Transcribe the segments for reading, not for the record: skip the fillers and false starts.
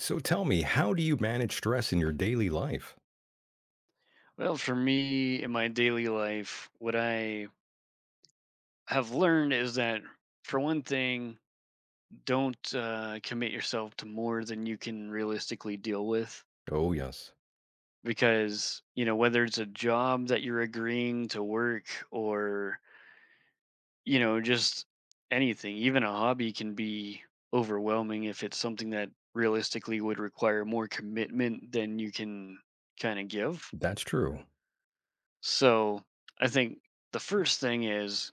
So tell me, how do you manage stress in your daily life? Well, for me in my daily life, what I have learned is that for one thing, don't commit yourself to more than you can realistically deal with. Oh, yes, Because, you know, whether it's a job that you're agreeing to work or, you know, just anything, even a hobby can be overwhelming if it's something that realistically would require more commitment than you can kind of give. that's true. So I think the first thing is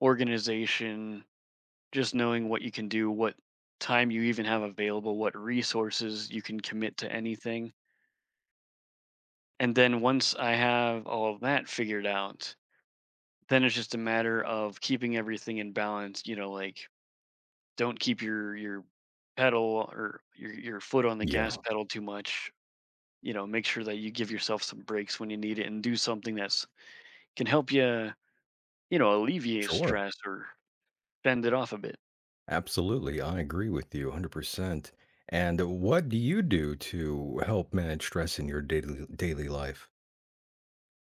organization, just knowing what you can do, what time you even have available, what resources you can commit to anything. And then once I have all of that figured out, then it's just a matter of keeping everything in balance, you know, like don't keep your pedal or your foot on the gas Yeah, pedal too much. You know, make sure that you give yourself some breaks when you need it and do something that's can help you, you know, alleviate sure. stress or bend it off a bit. Absolutely. I agree with you 100%. And what do you do to help manage stress in your daily life?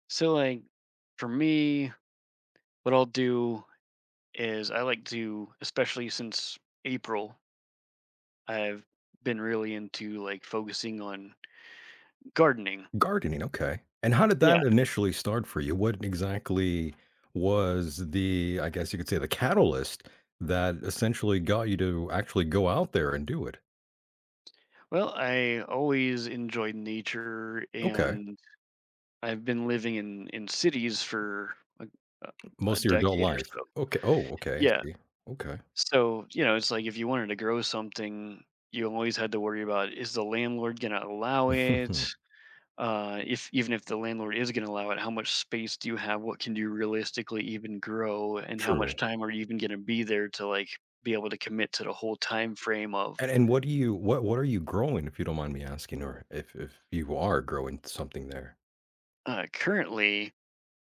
So like for me, what I'll do is I like to, especially since April, I've been really into like focusing on gardening. Gardening, okay. And how did that Yeah. initially start for you? What exactly was the, I guess you could say, the catalyst that essentially got you to actually go out there and do it? Well, I always enjoyed nature, Okay. and I've been living in cities for like a, Most a of your adult decade or life. so. Okay. Oh, okay. I Yeah. see. Okay. So, you know, it's like if you wanted to grow something, you always had to worry about, is the landlord going to allow it? If even if the landlord is going to allow it, how much space do you have? What can you realistically even grow, and how much True. time are you even going to be there to like be able to commit to the whole time frame of And what do you what are you growing, if you don't mind me asking, or if you are growing something there? Currently?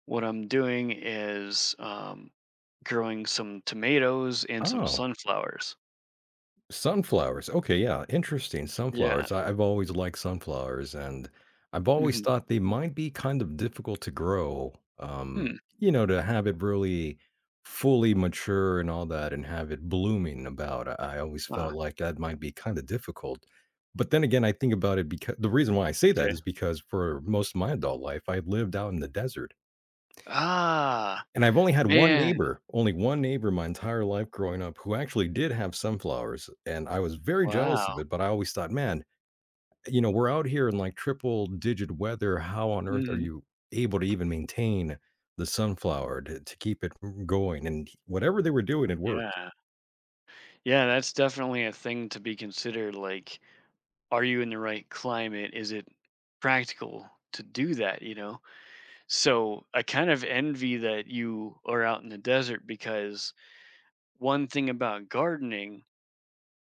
What I'm doing is growing some tomatoes and some Oh. sunflowers. Sunflowers, okay, yeah, interesting, Yeah. sunflowers. I've always liked sunflowers, and I've always hmm thought they might be kind of difficult to grow, um, Hmm. you know, to have it really fully mature and all that and have it blooming about. I always felt Wow. like that might be kinda difficult, but then again, I think about it because the reason why I say that Okay. is because for most of my adult life, I lived out in the desert. Ah, And I've only had one man. neighbor, only one neighbor my entire life growing up who actually did have sunflowers, and I was very jealous of Wow. it, but I always thought, "Man, you know, we're out here in, like, triple digit weather. How on earth are hmm you able to even maintain the sunflower to keep it going?" And whatever they were doing, it worked. Yeah. Yeah, that's definitely a thing to be considered. Like, are you in the right climate? Is it practical to do that, you know? So I kind of envy that you are out in the desert because one thing about gardening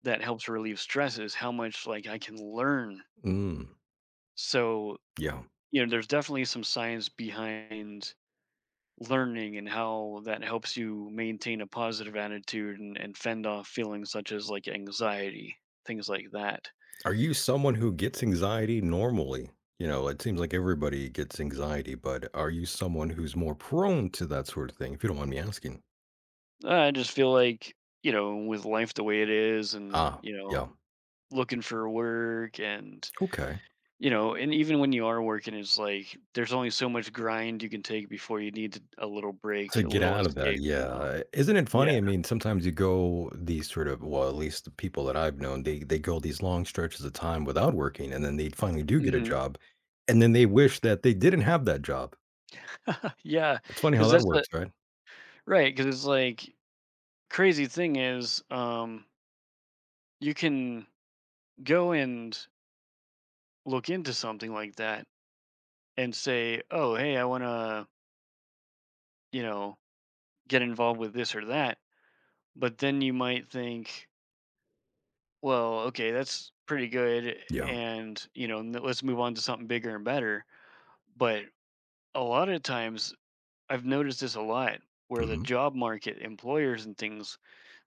that helps relieve stress is how much like I can learn. Mm, So, yeah. you know, there's definitely some science behind learning and how that helps you maintain a positive attitude and, fend off feelings such as like anxiety, things like that. Are you someone who gets anxiety normally? You know, it seems like everybody gets anxiety, but are you someone who's more prone to that sort of thing, if you don't mind me asking? I just feel like, you know, with life the way it is and, Ah, you yeah. know, looking for work and, Okay. you know, and even when you are working, it's like there's only so much grind you can take before you need a little break, To a get little out of that, escape, you know? yeah. Isn't it Yeah. funny? I mean, sometimes you go these sort of well, at least the people that I've known, they go these long stretches of time without working, and then they finally do get a hmm job, and then they wish that they didn't have that job. yeah. It's funny how Cause that that's the, works, right? right. Cause it's like crazy thing is, you can go and look into something like that and say, oh, hey, I want to, you know, get involved with this or that. But then you might think, well, okay, that's pretty good. Yeah. And, you know, let's move on to something bigger and better. But a lot of times, I've noticed this a lot where the hmm job market, employers and things,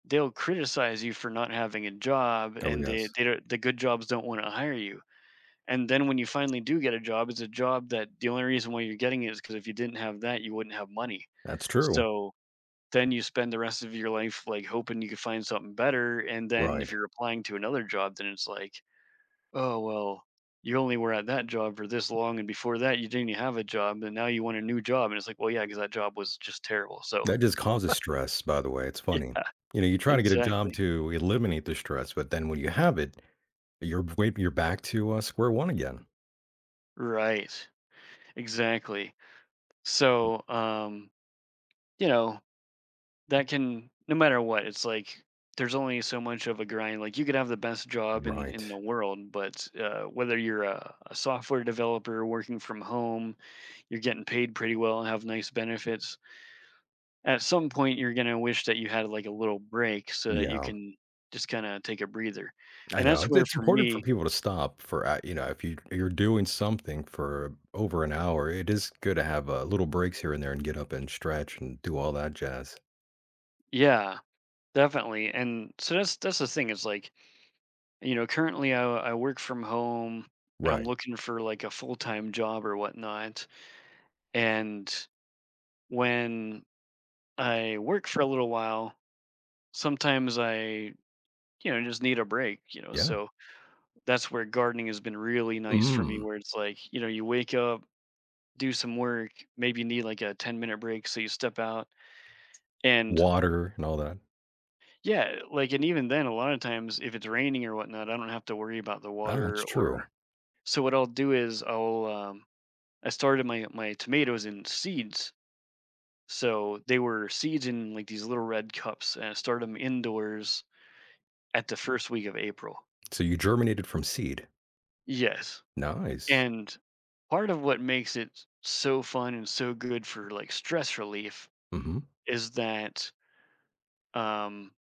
they'll criticize you for not having a job, Oh and they, yes, they don't, the good jobs don't want to hire you. And then when you finally do get a job, it's a job that the only reason why you're getting it is because if you didn't have that, you wouldn't have money. that's true. So then you spend the rest of your life like hoping you could find something better. And then if Right. you're applying to another job, then it's like, oh, well, you only were at that job for this long, and before that, you didn't have a job, and now you want a new job. And it's like, well, yeah, because that job was just terrible. So, That just causes stress. By the way, it's yeah, funny. You know, you try to get a exactly. job to eliminate the stress, but then when you have it, you're wait, you're back to square one again. Right. Exactly. So, you know, that can, no matter what, it's like there's only so much of a grind. Like you could have the best job Right. in the world, but whether you're a software developer working from home, you're getting paid pretty well and have nice benefits. At some point you're going to wish that you had like a little break so that you Yeah. can just kind of take a breather. I And know. that's It's where it's for important for me, people to stop for, you know, if you're doing something for over an hour, it is good to have, little breaks here and there and get up and stretch and do all that jazz. yeah, definitely. And so that's the thing is like, you know, currently I work from home, and I'm Right. looking for like a full-time job or whatnot. And when I work for a little while, sometimes I you know just need a break you know Yeah. so that's where gardening has been really nice for me Mm. where it's like you know you wake up do some work, maybe you need like a 10-minute break, so you step out. And Water and all that. yeah, like, and even then, a lot of times if it's raining or whatnot, I don't have to worry about the Ah, water it's true. or. So what I'll do is I started my tomatoes in seeds. So they were seeds in like these little red cups, and I started them indoors at the first week of April. So you germinated from seed. Yes. Nice. And part of what makes it so fun and so good for like stress relief Mhm. is that um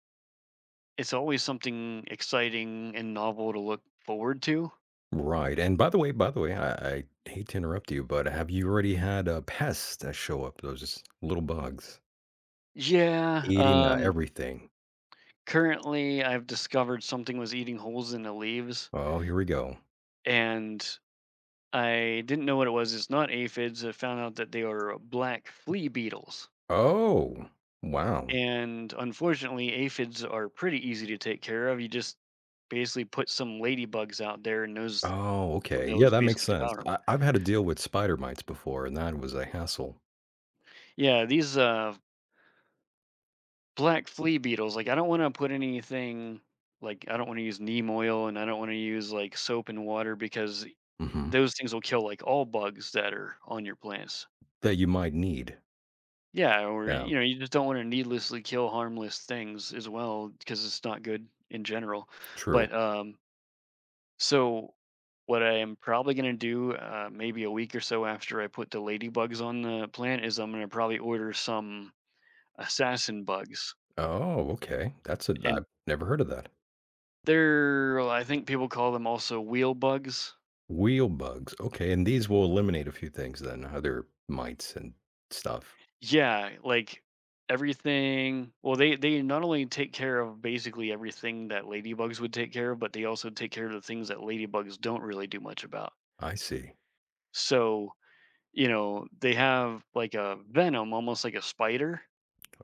it's always something exciting and novel to look forward to. Right, and by the way, I hate to interrupt you, but have you already had, pests that show up, those little bugs Yeah. eating, everything? Currently, I've discovered something was eating holes in the leaves, Oh, here we go. and I didn't know what it was. It's not aphids. I found out that they are black flea beetles. Oh, wow. And unfortunately, aphids are pretty easy to take care of. You just basically put some ladybugs out there, and those Oh, okay. they'll Yeah, just that makes basically sense. devour them. I, I've had to deal with spider mites before, and that was a hassle Yeah, these black flea beetles. Like I don't want to put anything like I don't want to use neem oil, and I don't want to use like soap and water because hmm those things will kill like all bugs that are on your plants. that you might need. Yeah, or Yeah, you know, you just don't want to needlessly kill harmless things as well because it's not good in general. true. But so what I am probably going to do maybe a week or so after I put the ladybugs on the plant is I'm going to probably order some assassin bugs Oh, okay. That's a, I've and never heard of that. they're well, I think people call them also wheel bugs. Wheel bugs. Okay. And these will eliminate a few things then, other mites and stuff. Yeah, like everything well, they not only take care of basically everything that ladybugs would take care of, but they also take care of the things that ladybugs don't really do much about. I see. So, you know, they have like a venom, almost like a spider,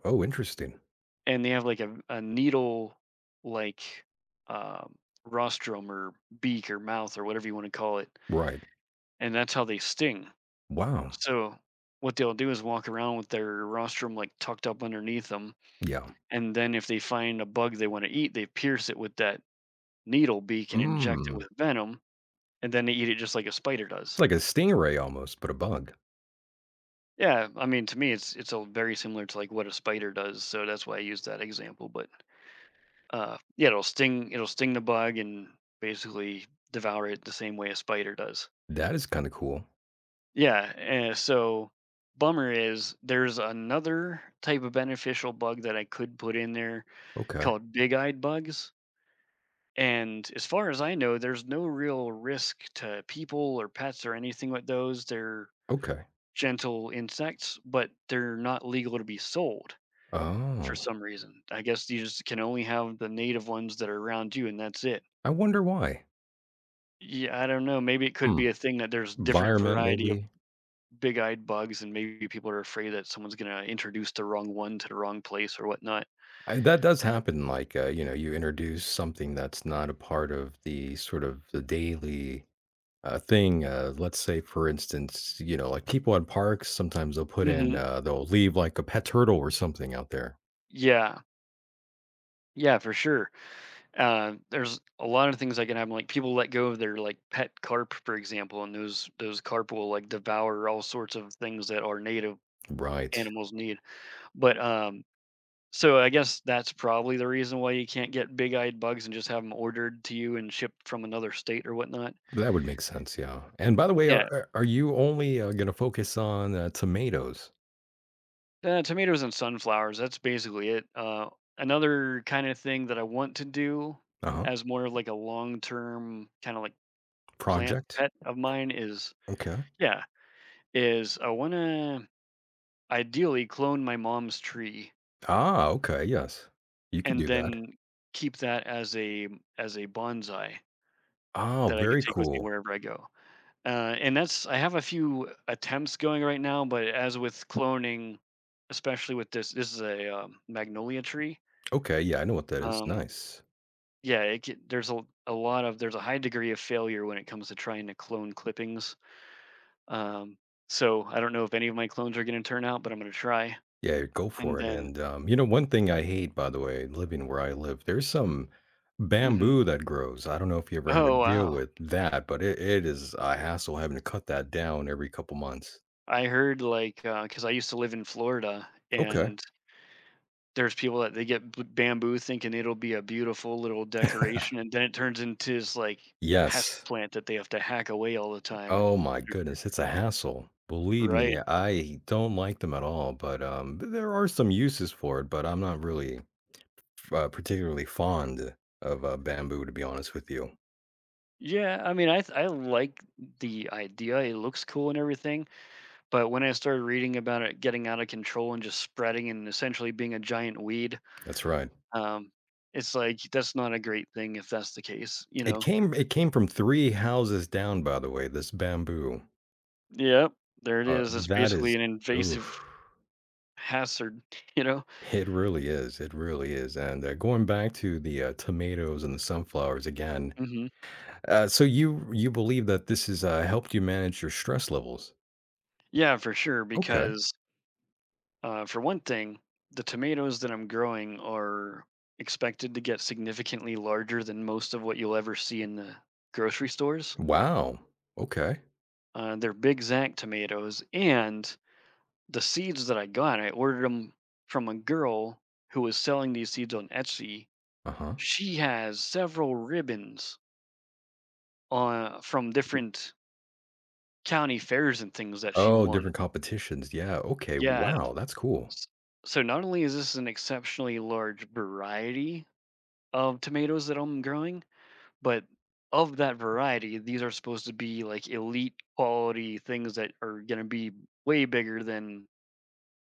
Oh, interesting. and they have like a needle like um rostrum or beak or mouth or whatever you want to call it. Right. And that's how they sting. Wow. So, what they'll do is walk around with their rostrum like tucked up underneath them, Yeah. and then if they find a bug they want to eat, they pierce it with that needle beak and inject it Mm. with venom, and then they eat it just like a spider It's does. like a stingray almost, but a bug. Yeah, I mean to me it's all very similar to like what a spider does, so that's why I used that example. But yeah, it'll sting the bug and basically devour it the same way a spider does. That is kind of cool. Yeah, and so bummer is there's another type of beneficial bug that I could put in there Okay. called big-eyed bugs, and as far as I know, there's no real risk to people or pets or anything with those. They're Okay. gentle insects, but they're not legal to be sold for Oh, some reason. I guess you just can only have the native ones that are around you, and that's it. I wonder why. Yeah, I don't know. Maybe it could Hmm. be a thing that there's different Environment, variety of maybe. big-eyed bugs, and maybe people are afraid that someone's gonna introduce the wrong one to the wrong place or whatnot. I, that does happen. Like, you know, you introduce something that's not a part of the sort of the daily thing. Let's say, for instance, you know, like people at parks, sometimes they'll put in, Mhm. They'll leave like a pet turtle or something out there. Yeah. Yeah, for sure. There's a lot of things that can happen. Like people let go of their like pet carp, for example, and those carp will like devour all sorts of things that our native Right. animals need. But so I guess that's probably the reason why you can't get big-eyed bugs and just have them ordered to you and shipped from another state or whatnot. That would make sense. Yeah. And by the way, are, Yeah, are you only going to focus on tomatoes? Tomatoes and sunflowers. That's basically it. Another kind of thing that I want to do Uh huh. as more of like a long-term kind of like plant Project. pet of mine is Okay. yeah is I want to ideally clone my mom's tree Ah, okay. Yes. You could and do that. then keep that as a bonsai Oh, that I could very take with me cool. wherever I go. And that's I have a few attempts going right now, but as with cloning, especially with this, this is a magnolia tree. Okay. Yeah. I know what that is. Um, Nice. yeah, it, there's a lot of there's a high degree of failure when it comes to trying to clone clippings. Um, so I don't know if any of my clones are going to turn out, but I'm going to try. Yeah, go And for it. then, And you know, one thing I hate, by the way, living where I live, there's some hmm bamboo that grows. I don't know if you ever had to oh deal wow, with that, but it is a hassle having to cut that down every couple months. I heard like, because I used to live in Florida, Okay. and there's people that they get b bamboo thinking it'll be a beautiful little decoration, and then it turns into this, like, pest Yes. plant that they have to hack away all the time, Oh and my goodness, it's a hassle. Believe me, right. I don't like them at all. But there are some uses for it. But I'm not really particularly fond of bamboo, to be honest with you. Yeah, I mean, I like the idea, it looks cool and everything, but when I started reading about it getting out of control and just spreading and essentially being a giant weed, That's right. um, it's like, that's not a great thing if that's the case, you It know? came it came from 3 houses down, by the way, this bamboo. Yep, there it Uh, is, it's that basically is an oof. invasive hazard, you know? It really is, and, going back to the, tomatoes and the sunflowers again, hmm so you believe that this has, helped you manage your stress levels? Yeah, for sure. Okay. Because for one thing, the tomatoes that I'm growing are expected to get significantly larger than most of what you'll ever see in the grocery stores. Wow. Okay. They're big Zack tomatoes, and the seeds that I got, I ordered them from a girl who was selling these seeds on Etsy. Uh-huh. She has several ribbons from different county fairs and things that she Oh, won. different competitions, yeah, okay, Yeah, wow, that's cool. S- so not only is this an exceptionally large variety of tomatoes that I'm growing, but of that variety, these are supposed to be like elite quality things that are going to be way bigger than,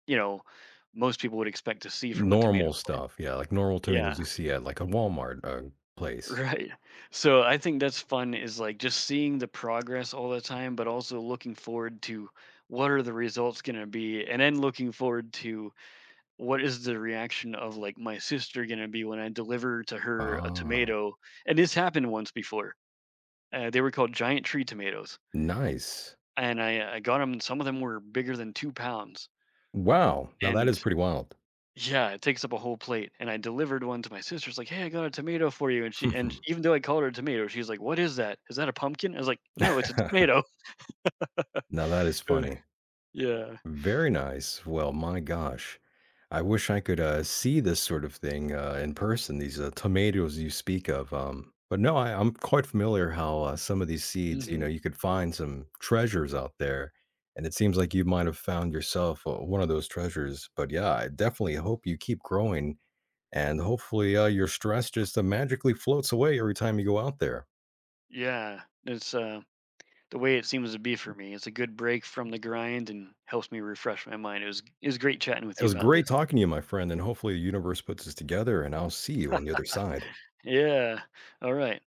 you know, most people would expect to see from a tomato Normal plant. stuff, yeah, like normal Yeah, tomatoes you see at, like, a Walmart, place. right. So I think that's fun is like just seeing the progress all the time, but also looking forward to what are the results going to be and then looking forward to what is the reaction of like my sister gonna be when I deliver to her a Ah, tomato? And this happened once before. They were called giant tree tomatoes, nice. and I got them. Some of them were bigger than 2 pounds, Wow, now that is and pretty wild. yeah, it takes up a whole plate. And I delivered one to my sister's like, "Hey, I got a tomato for you." And she and Mhm. even though I called her a tomato, she's like, "What is that? Is that a pumpkin?" I was like, "No, it's a tomato." Now that is Uh, funny. yeah. Very nice. Well, my gosh. I wish I could, see this sort of thing, in person, these, tomatoes you speak of, but no, I'm quite familiar how, some of these seeds, you know, hmm you could find some treasures out there, and it seems like you might have found yourself, one of those treasures, but yeah, I definitely hope you keep growing, and hopefully, your stress just, magically floats away every time you go out there. Yeah. It's the way it seems to be for me. It's a good break from the grind and helps me refresh my mind. It was great chatting with It you was about this. great talking to you, my friend, and hopefully the universe puts us together, and I'll see you on the other side. Yeah. All right.